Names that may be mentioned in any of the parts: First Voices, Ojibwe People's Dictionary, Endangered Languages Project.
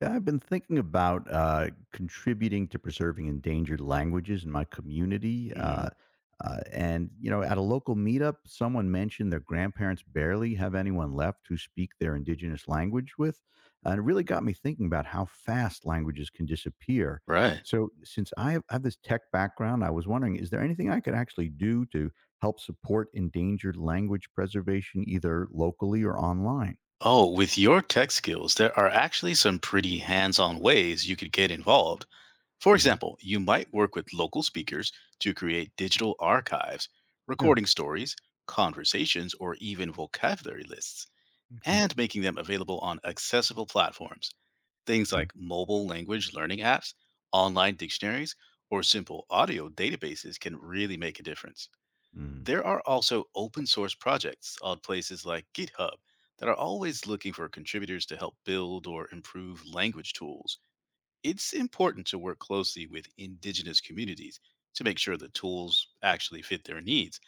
Yeah, I've been thinking about contributing to preserving endangered languages in my community. Mhm. And, you know, at a local meetup, someone mentioned their grandparents barely have anyone left who speak their indigenous language with. And it really got me thinking about how fast languages can disappear. Right. So, since I have this tech background, I was wondering is there anything I could actually do to help support endangered language preservation, either locally or online? Oh, with your tech skills, there are actually some pretty hands on ways you could get involved. For Hmm. example, you might work with local speakers to create digital archives, Yeah. recording stories, conversations, or even vocabulary lists, and making them available on accessible platforms. Things Okay. like mobile language learning apps, online dictionaries, or simple audio databases can really make a difference. Okay. There are also open source projects on places like GitHub that are always looking for contributors to help build or improve language tools. It's important to work closely with indigenous communities to make sure the tools actually fit their needs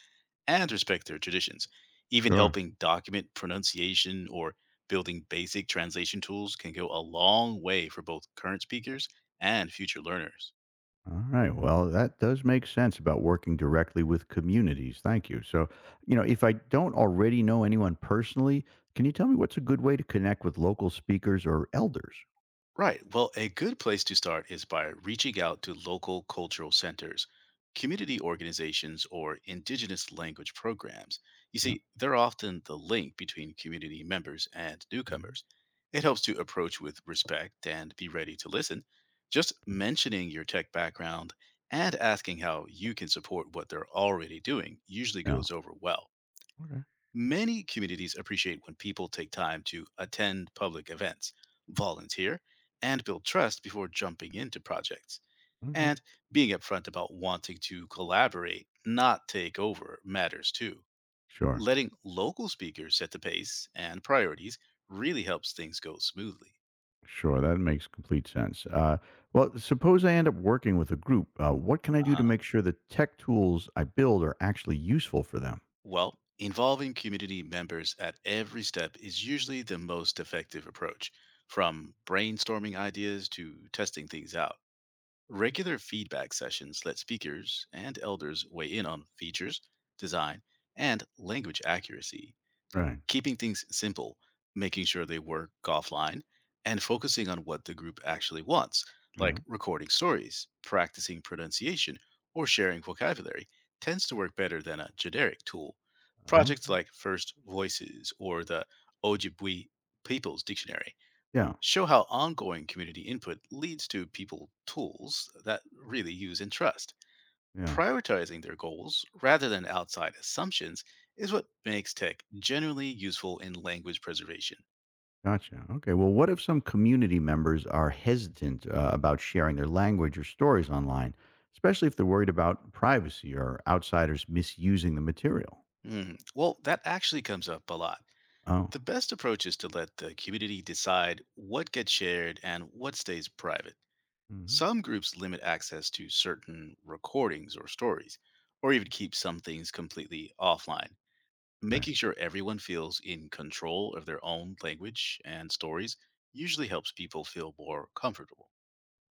and respect their traditions. Even Sure. helping document pronunciation or building basic translation tools can go a long way for both current speakers and future learners. All right. Well, that does make sense about working directly with communities. Thank you. So, you know, if I don't already know anyone personally, can you tell me what's a good way to connect with local speakers or elders? Right. Well, a good place to start is by reaching out to local cultural centers, community organizations, or indigenous language programs. You Yeah. see, they're often the link between community members and Mhm. newcomers. It helps to approach with respect and be ready to listen. Just Okay. mentioning your tech background and asking how you can support what they're already doing usually Yeah. goes over well. Okay. Many communities appreciate when people take time to attend public events, volunteer, and build trust before jumping into projects. Okay. And being upfront about wanting to collaborate, not take over, matters too. Sure. Letting local speakers set the pace and priorities really helps things go smoothly. Sure. That makes complete sense. Well, suppose I end up working with a group. What can I do to Uh-huh. make sure the tech tools I build are actually useful for them? Well, involving community members at every step is usually the most effective approach, from brainstorming ideas to testing things out. Regular feedback sessions let speakers and elders weigh in on features, design, and language accuracy, Right. keeping things simple, making sure they work offline, and focusing on what the group actually wants, Yeah. like recording stories, practicing pronunciation, or sharing vocabulary, tends to work better than a generic tool. Projects Okay. like First Voices or the Ojibwe People's Dictionary Yeah. show how ongoing community input leads to people tools that really use and trust. Yeah. Prioritizing their goals rather than outside assumptions is what makes tech generally useful in language preservation. Gotcha. Okay. Well, what if some community members are hesitant about sharing their language or stories online, especially if they're worried about privacy or outsiders misusing the material? Hmm. Well, that actually comes up a lot. Oh. The best approach is to let the community decide what gets shared and what stays private. Hmm. Some groups limit access to certain recordings or stories, or even keep some things completely offline. Right. Making sure everyone feels in control of their own language and stories usually helps people feel more comfortable.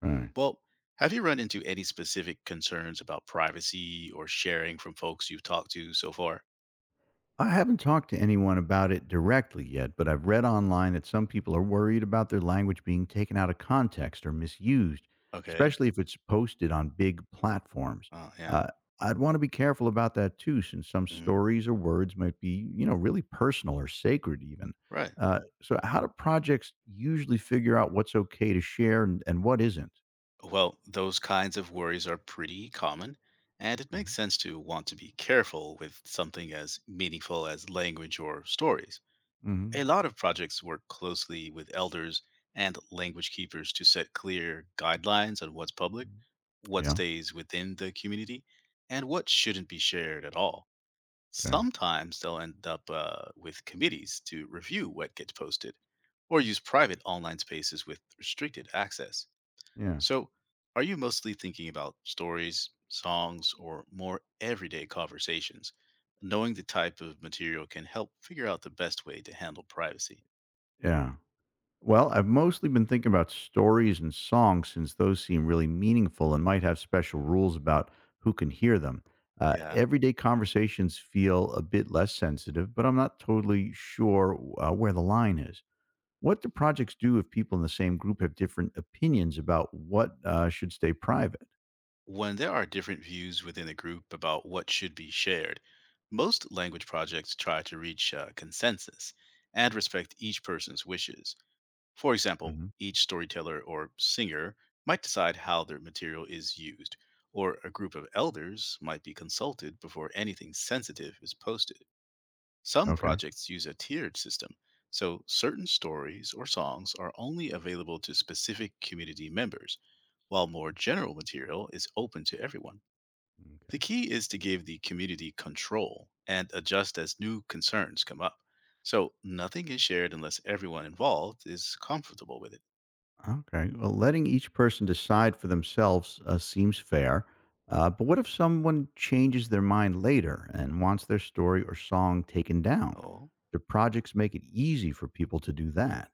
Right. Well, have you run into any specific concerns about privacy or sharing from folks you've talked to so far? I haven't talked to anyone about it directly yet, but I've read online that some people are worried about their language being taken out of context or misused, Okay. especially if it's posted on big platforms. Oh, yeah. Uh, I'd want to be careful about that too, since some Mhm. stories or words might be, you know, really personal or sacred even. Right. So, how do projects usually figure out what's okay to share and what? Well, those kinds of worries are pretty common, and it makes Mhm. sense to want to be careful with something as meaningful as language or stories. Mm-hmm. A lot of projects work closely with elders and language keepers to set clear guidelines on what's public, what Yeah. stays within the community, and what shouldn't be shared at all. Okay. Sometimes they'll end up with committees to review what gets posted or use private online spaces with restricted access. Yeah. So, are you mostly thinking about stories, songs, or more everyday conversations? Knowing the type of material can help figure out the best way to handle privacy. Yeah. Well, I've mostly been thinking about stories and songs since those seem really meaningful and might have special rules about who can hear them. Yeah. Everyday conversations feel a bit less sensitive, but I'm not totally sure where the line is. What do projects do if people in the same group have different opinions about what should stay private? When there are different views within a group about what should be shared, most language projects try to reach a consensus and respect each person's wishes. For example, Hmm. each storyteller or singer might decide how their material is used, or a group of elders might be consulted before anything sensitive is posted. Some Okay. projects use a tiered system, so certain stories or songs are only available to specific community members, while more general material is open to everyone. The Mm. key is to give the community control and adjust as new concerns come up. So nothing is shared unless everyone involved is comfortable with it. Okay. Well, letting each person decide for themselves seems fair. But what if someone changes their mind later and wants their story or song taken down? Oh. The projects make it easy for people to do that.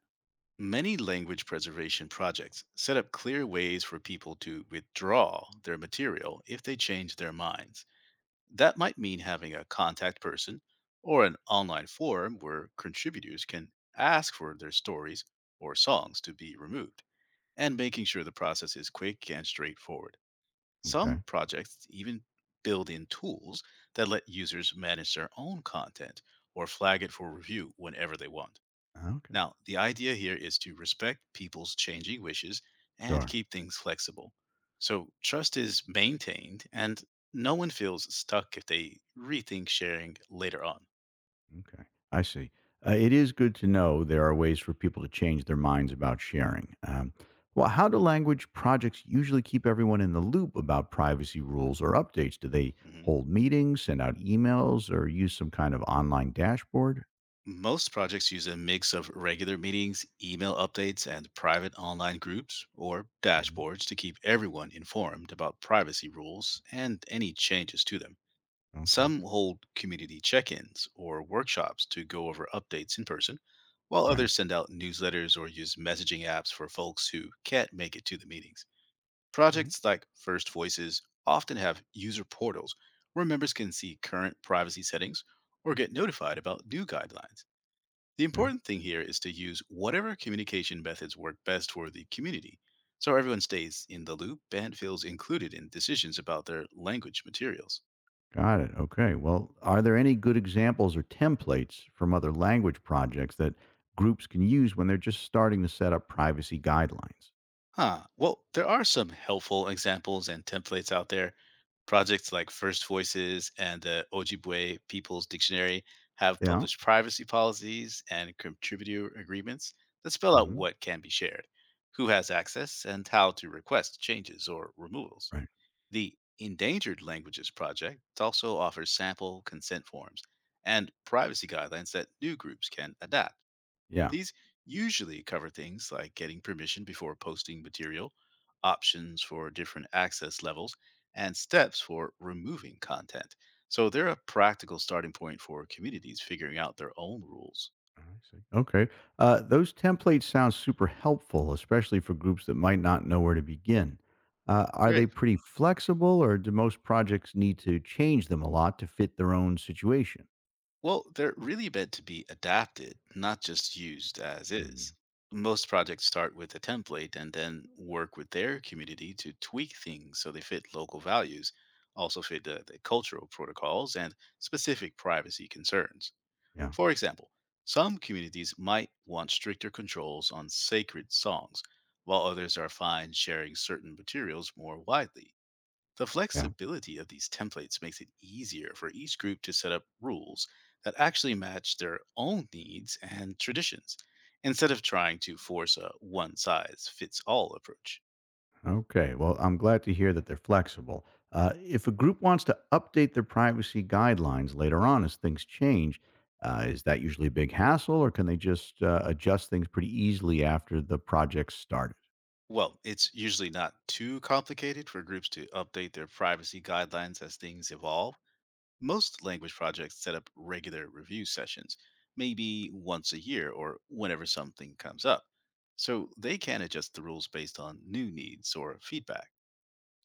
Many language preservation projects set up clear ways for people to withdraw their material if they change their minds. That might mean having a contact person or an online forum where contributors can ask for their stories or songs to be removed, and making sure the process is quick and straightforward. Some Okay. projects even build in tools that let users manage their own content or flag it for review whenever they want. Okay. Now, the idea here is to respect people's changing wishes and Sure. keep things flexible. So trust is maintained and no one feels stuck if they rethink sharing later on. Okay, I see. It is good to know there are ways for people to change their minds about sharing. Well, how do language projects usually keep everyone in the loop about privacy rules or updates? Do they Mhm. hold meetings, send out emails, or use some kind of online dashboard? Most projects use a mix of regular meetings, email updates, and private online groups or Mhm. dashboards to keep everyone informed about privacy rules and any changes to them. Okay. Some hold community check ins or workshops to go over updates in person, while All right. others send out newsletters or use messaging apps for folks who can't make it to the meetings. All right. Projects like First Voices often have user portals where members can see current privacy settings or get notified about new guidelines. The Okay. important thing here is to use whatever communication methods work best for the community so everyone stays in the loop and feels included in decisions about their language materials. Got it. Okay. Well, are there any good examples or templates from other language projects that groups can use when they're just starting to set up privacy guidelines? Huh. Well, there are some helpful examples and templates out there. Projects like First Voices and the Ojibwe People's Dictionary have Yeah. published privacy policies and contributor agreements that spell out Hmm. what can be shared, who has access, and how to request changes or removals. Right. The Endangered Languages Project also offers sample consent forms and privacy guidelines that new groups can adapt. Yeah. These usually cover things like getting permission before posting material, options for different access levels, and steps for removing content. So they're a practical starting point for communities figuring out their own rules. I see. Okay. Those templates sound super helpful, especially for groups that might not know where to begin. Are they Great. pretty flexible, or do most projects need to change them a lot to fit their own situation? Well, they're really meant to be adapted, not just used as Mm, is. Most projects start with a template and then work with their community to tweak things so they fit local values, also fit the cultural protocols and specific privacy concerns. yeah. For example, some communities might want stricter controls on sacred songs, while others are fine sharing certain materials more widely. The Yeah. flexibility of these templates makes it easier for each group to set up rules that actually match their own needs and traditions, instead of trying to force a one size fits all approach. Okay. Well, I'm glad to hear that they're flexible. If a group wants to update their privacy guidelines later on as things change, is that usually a big hassle, or can they just adjust things pretty easily after the project started? Well, it's usually not too complicated for groups to update their privacy guidelines as things evolve. Most language projects set up regular review sessions, maybe once a year or whenever something comes up. So they can adjust the rules based on new needs or feedback.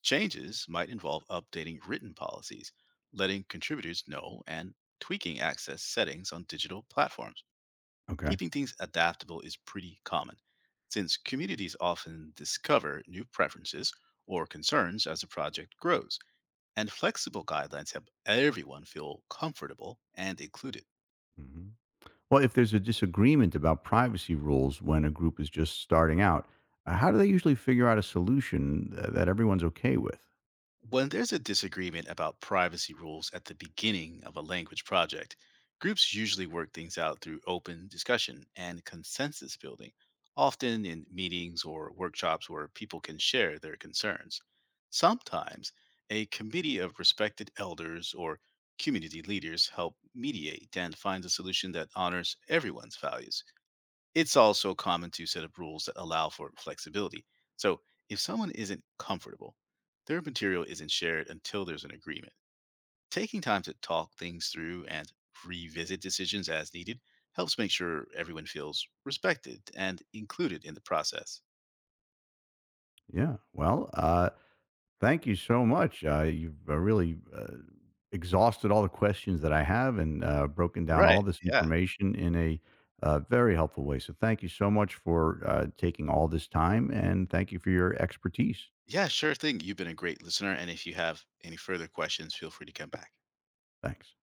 Changes might involve updating written policies, letting contributors know, and tweaking access settings on digital platforms. Okay. Keeping things adaptable is pretty common, since communities often discover new preferences or concerns as the project grows, and flexible guidelines help everyone feel comfortable and included. Well, if there's a disagreement about privacy rules when a group is just starting out, how do they usually figure out a solution that everyone's okay with? When there's a disagreement about privacy rules at the beginning of a language project, groups usually work things out through open discussion and consensus building, often in meetings or workshops where people can share their concerns. Sometimes a committee of respected elders or community leaders help mediate and find a solution that honors everyone's values. It's also common to set up rules that allow for flexibility. So, if someone isn't comfortable, their material isn't shared until there's an agreement. Taking time to talk things through and revisit decisions as needed helps make sure everyone feels respected and included in the process. Yeah. Well, thank you so much. You've really exhausted all the questions that I have and broken down all Right. this Yeah. information in a very helpful way. So, thank you so much for taking all this time and thank you for your expertise. Yeah, sure thing. You've been a great listener. And if you have any further questions, feel free to come back. Thanks.